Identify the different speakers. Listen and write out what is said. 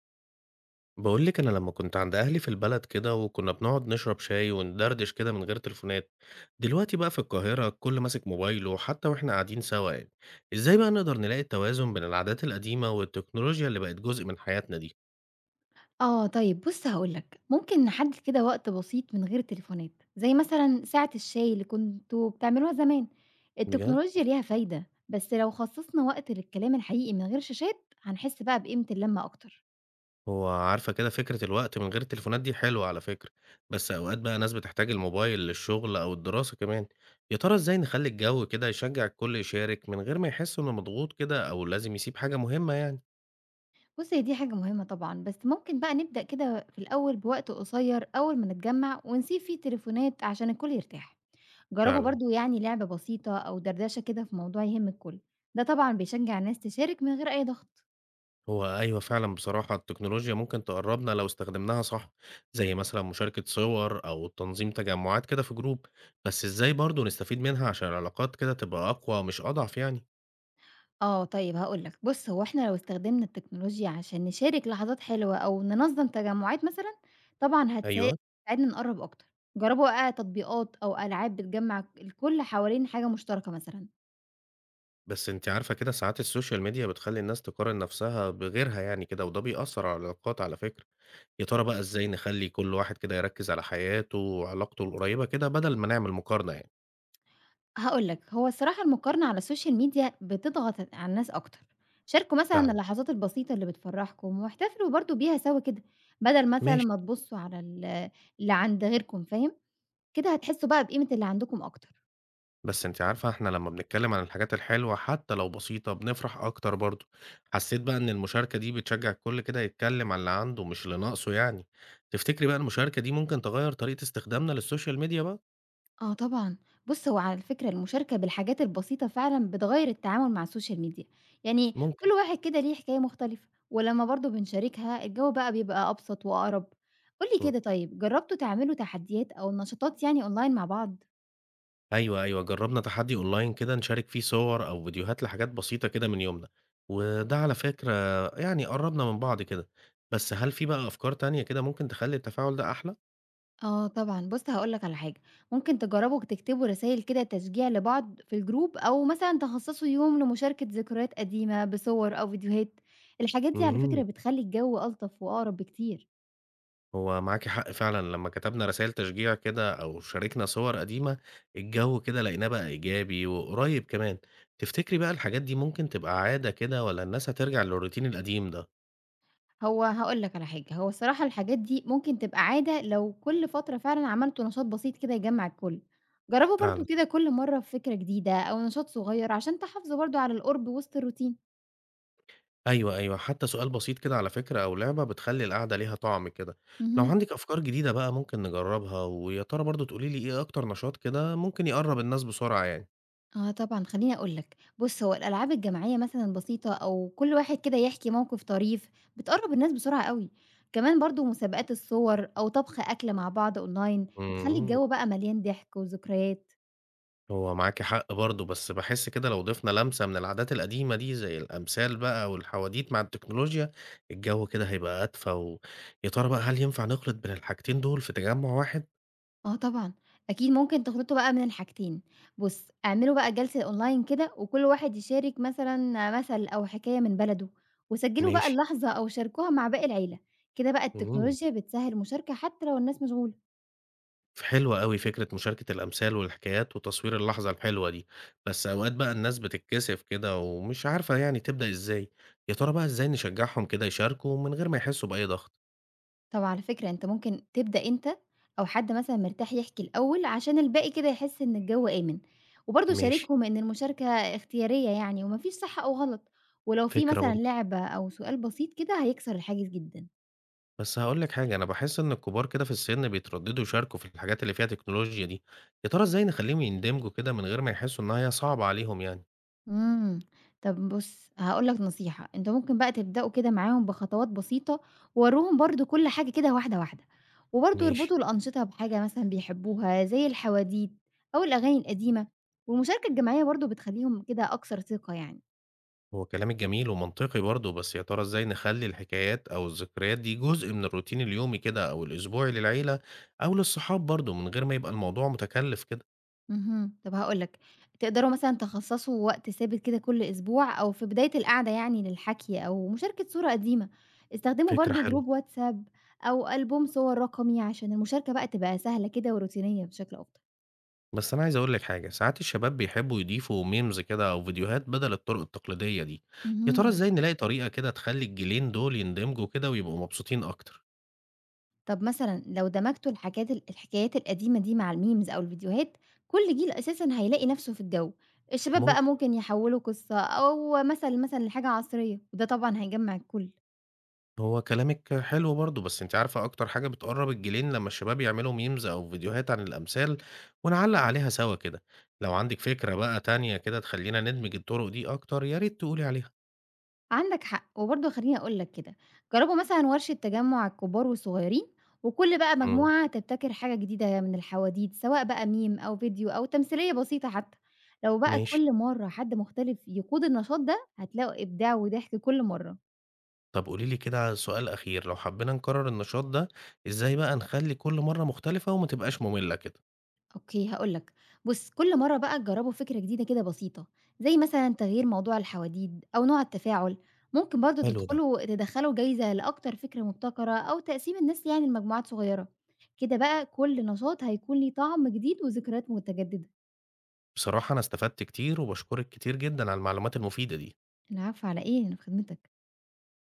Speaker 1: باقول لِك أنا لمّا كنت عند أهلي في البلد كده، وكنا بنقعد نشرب شاي وندردش كده من غير تليفونات، دلوقتي بقى في القاهرة الكل ماسك موبايله حتى وإحنا قاعدين سوا يعني، إزاي بقى نقدر نلاقي التوازن بين العادات القديمة والتكنولوجيا اللي بقت جزء من حياتنا دي؟
Speaker 2: آه طيب بُص هاقول لك، ممكن نحدد كده وقت بسيط من غير تليفونات، زي مثلًا ساعة الشاي اللي كنتم بتعملوها زمان،
Speaker 1: بجد،
Speaker 2: التكنولوجيا ليها فايدة، بس لو خصصنا وقت للكلام الحقيقي من غير شاشات، هنحس بقى بقيمة اللمة أكتر.
Speaker 1: هو عارفة كده فكرة الوقت من غير التليفونات دي حلوة على فكرة، بس أوقات بقى ناس بتحتاج الموبايل للشغل أو الدراسة كمان، يا ترى إزاي نخلّي الجو كده يشجع الكل يشارك من غير ما يحس إنه مضغوط كده أو لازم يسيب حاجة مهمة يعني؟
Speaker 2: بُص هي دي حاجة مهمة طبعًا، بس ممكن بقى نبدأ كده في الأول بوقت قصير أول ما نتجمع ونسيب فيه التليفونات عشان الكل يرتاح. جربوا
Speaker 1: فعلًا.
Speaker 2: برضه يعني لعبة بسيطة أو دردشة كده في موضوع يهم الكل، ده طبعًا بيشجع الناس تشارك من غير أي ضغط.
Speaker 1: هو أيوه فعلًا بصراحة التكنولوجيا ممكن تقرّبنا لو استخدمناها صح، زي مثلًا مشاركة صور أو تنظيم تجمعات كده في جروب، بس إزاي برضه نستفيد منها عشان العلاقات كده تبقى أقوى مش أضعف يعني؟
Speaker 2: آه، طيب هاقول لك، بُص هو إحنا لو استخدمنا التكنولوجيا عشان نشارك لحظات حلوة أو ننظم تجمعات مثلًا، طبعًا
Speaker 1: أيوه،
Speaker 2: تساعدنا نقرّب أكتر، جربوا بقى تطبيقات أو ألعاب بتجمّع الكل حوالين حاجة مشتركة مثلًا،
Speaker 1: بس أنتِ عارفة كده ساعات السوشيال ميديا بتخلّي الناس تقارن نفسها بغيرها يعني كده وده بيأثّر على العلاقات على فكرة، يا ترى بقى إزاي نخلّي كل واحد كده يركّز على حياته وعلاقته القريبة كده بدل ما نعمل مقارنة يعني؟
Speaker 2: هاقول لك هو الصراحة المقارنة على السوشيال ميديا بتضغط على الناس أكتر، شاركوا مثلًا
Speaker 1: فعلًا،
Speaker 2: اللحظات البسيطة اللي بتفرّحكم واحتفلوا برضه بيها سوا كده، بدل مثلًا
Speaker 1: ماشي.
Speaker 2: ما تبصوا على اللي عند غيركم فاهم؟ كده هتحسوا بقى بقيمة اللي عندكم أكتر.
Speaker 1: بس أنتِ عارفة إحنا لمّا بنتكلم عن الحاجات الحلوة حتى لو بسيطة بنفرح أكتر برضه، حسيت بقى إن المشاركة دي بتشجّع الكل كده يتكلم عن اللي عنده مش اللي ناقصه يعني، تفتكري بقى المشاركة دي ممكن تغيّر طريقة استخدامنا للسوشيال ميديا بقى؟
Speaker 2: آه طبعًا، بُص هو على فكرة المشاركة بالحاجات البسيطة فعلًا بتغيّر التعامل مع السوشيال ميديا، يعني
Speaker 1: ممكن،
Speaker 2: كل واحد كده ليه حكاية مختلفة، ولمّا برضه بنشاركها الجو بقى بيبقى أبسط وأقرب. قُل لي
Speaker 1: إمم،
Speaker 2: كده طيب جرّبتوا تعملوا تحديات أو نشاطات يعني أونلاين مع بعض؟
Speaker 1: أيوه، جرّبنا تحدي أونلاين كده نشارك فيه صور أو فيديوهات لحاجات بسيطة كده من يومنا، وده على فكرة يعني قرّبنا من بعض كده، بس هل في بقى أفكار تانية كده ممكن تخلّي التفاعل ده أحلى؟
Speaker 2: آه طبعًا، بُص هاقول لك على حاجة، ممكن تجرّبوا تكتبوا رسايل كده تشجيع لبعض في الجروب، أو مثلًا تخصصوا يوم لمشاركة ذكريات قديمة بصور أو فيديوهات، الحاجات دي على فكرة
Speaker 1: اهم.
Speaker 2: بتخلّي الجو ألطف وأقرب بكتير.
Speaker 1: هو معاكِ حق فعلًا، لمّا كتبنا رسايل تشجيع كده أو شاركنا صور قديمة، الجو كده لقيناه بقى إيجابي وقريب كمان. تفتكري بقى الحاجات دي ممكن تبقى عادة كده والّا الناس هترجع للروتين القديم ده؟
Speaker 2: هو هاقول لك على حاجة، هو الصراحة الحاجات دي ممكن تبقى عادة لو كل فترة فعلًا عملتوا نشاط بسيط كده يجمّع الكل، جرّبوا برضه
Speaker 1: فعلًا.
Speaker 2: كده كل مرّة بفكرة جديدة أو نشاط صغير عشان تحافظوا برضه على القرب وسط الروتين.
Speaker 1: أيوه، حتى سؤال بسيط كده على فكرة أو لعبة بتخلّي القعدة ليها طعم كده. لو
Speaker 2: اهم.
Speaker 1: عندِك أفكار جديدة بقى ممكن نجربها ويا ترى برضه تقولي لي إيه أكتر نشاط كده ممكن يقرّب الناس بسرعة يعني؟
Speaker 2: آه طبعًا خلّيني أقول لك، بُص هو الألعاب الجماعية مثلًا البسيطة أو كل واحد كده يحكي موقف طريف بتقرّب الناس بسرعة أوي، كمان برضه مسابقات الصور أو طبخ أكل مع بعض أونلاين بتخلّي
Speaker 1: إمم.
Speaker 2: الجو بقى مليان ضحك وذكريات.
Speaker 1: هو معاكِ حق برضه، بس باحس كده لو ضِفنا لمسة من العادات القديمة دي، زي الأمثال بقى والحواديت مع التكنولوجيا، الجو كده هيبقى أدفى يا ترى بقى هل ينفع نخلط بين الحاجتين دول في تجمُّع واحد؟
Speaker 2: آه طبعًا، أكيد ممكن تخلطوا بقى من الحاجتين، بُص اعملوا بقى جلسة أونلاين كده وكل واحد يشارك مثلًا مثل أو حكاية من بلده، وسجلوا بقى
Speaker 1: ماشي،
Speaker 2: اللحظة أو شاركوها مع باقي العيلة، كده بقى
Speaker 1: إمم،
Speaker 2: التكنولوجيا بتسهّل المشاركة حتى لو الناس مشغولة.
Speaker 1: حلوة أوي فكرة مشاركة الأمثال والحكايات وتصوير اللحظة الحلوة دي، بس أوقات بقى الناس بتتكسف كده ومش عارفة يعني تبدأ إزاي، يا ترى بقى إزاي نشجّعهم كده يشاركوا من غير ما يحسّوا بأي ضغط؟
Speaker 2: طب على فكرة أنت ممكن تبدأ أنت أو حد مثلًا مرتاح يحكي الأول عشان الباقي كده يحس إن الجو آمن، وبرضه
Speaker 1: ماشي،
Speaker 2: شاركهم إن المشاركة اختيارية يعني وما فيش صح أو غلط، ولو في
Speaker 1: فكرة
Speaker 2: مثلًا
Speaker 1: برضه.
Speaker 2: لعبة أو سؤال بسيط كده هيكسر الحاجز جدًا.
Speaker 1: بس هاقول لك حاجة، أنا باحس إن الكبار كده في السن بيترددوا يشاركوا في الحاجات اللي فيها تكنولوجيا دي، يا ترى إزاي نخلّيهم يندمجوا كده من غير ما يحسوا إنها هي صعبة عليهم يعني؟
Speaker 2: إمم. طب بُص، هاقول لك نصيحة، أنت ممكن بقى تبدأوا كده معاهم بخطوات بسيطة، ووروهم برضه كل حاجة كده واحدة، واحدة، وبرضه
Speaker 1: ماشي،
Speaker 2: اربطوا الأنشطة بحاجة مثلًا بيحبوها زي الحواديت أو الأغاني القديمة، والمشاركة الجماعية برضه بتخلّيهم كده أكثر ثقة يعني.
Speaker 1: هو كلامك جميل ومنطقي برضه، بس يا ترى إزاي نخلّي الحكايات أو الذكريات دي جزء من الروتين اليومي كده أو الأسبوعي للعيلة أو للصحاب برضه من غير ما يبقى الموضوع متكلف كده؟
Speaker 2: اهم. طب هاقول لك، تقدروا مثلًا تخصصوا وقت ثابت كده كل أسبوع أو في بداية القعدة يعني للحكي أو مشاركة صورة قديمة. استخدموا
Speaker 1: فكرة
Speaker 2: برضه
Speaker 1: حلوة.
Speaker 2: جروب واتساب أو ألبوم صور رقمي عشان المشاركة بقى تبقى سهلة كده وروتينية بشكل أفضل.
Speaker 1: بس أنا عايز أقول لِك حاجة، ساعات الشباب بيحبّوا يضيفوا memes كده أو فيديوهات بدل الطرق التقليدية دي، يا ترى
Speaker 2: اهم.
Speaker 1: إزاي نلاقي طريقة كده تخلّي الجيلين دول يندمجوا كده ويبقوا مبسوطين أكتر؟
Speaker 2: طب مثلًا لو دمجتوا الحاجات ال الحكايات القديمة دي مع الmemes أو الفيديوهات، كل جيل أساسًا هيلاقي نَفْسه في الجو. الشباب بقى
Speaker 1: ممكن،
Speaker 2: ممكن يحوّلوا قصة أو مثل مثلًا لحاجة عصرية، وده طبعًا هيجمّع الكل.
Speaker 1: هو كلامِك حلو برضه، بس أنتِ عارفة أكتر حاجة بتقرّب الجيلين لمّا الشباب يعملوا memes أو فيديوهات عن الأمثال ونعلّق عليها سوا كده، لو عندِك فكرة بقى تانية كده تخلّينا ندمج الطرق دي أكتر يا ريت تقولي عليها.
Speaker 2: عندك حق، وبرضه خلّيني أقول لك كده، جرّبوا مثلًا ورشة تجمُّع الكبار والصغيرين، وكل بقى
Speaker 1: إمم،
Speaker 2: مجموعة تبتكر حاجة جديدة من الحواديت، سواء بقى meme أو فيديو أو تمثيلية بسيطة حتى. لو بقى
Speaker 1: ماشي.
Speaker 2: كل مرّة حد مختلف يقود النشاط ده، هتلاقوا إبداع وضحك كل مرّة.
Speaker 1: طب قولي لي كده سؤال أخير، لو حبينا نكرر النشاط ده، إزاي بقى نخلّي كل مرة مختلفة وما تبقاش مملة كده؟
Speaker 2: أوكي هاقول لك، بُص كل مرّة بقى تجرّبوا فكرة جديدة كده بسيطة، زي مثلًا تغيير موضوع الحواديد أو نوع التفاعل، ممكن برضه
Speaker 1: حلو ده.
Speaker 2: تدخّلوا جايزة لأكتر فكرة مبتكرة أو تقسيم الناس يعني لمجموعات صغيّرة، كده بقى كل نشاط هيكون ليه طعم جديد وذكريات متجددة.
Speaker 1: بصراحة أنا استفدت كتير وباشكرِك كتير جدًا على المعلومات المفيدة دي.
Speaker 2: العفو على إيه، أنا في خدمتك.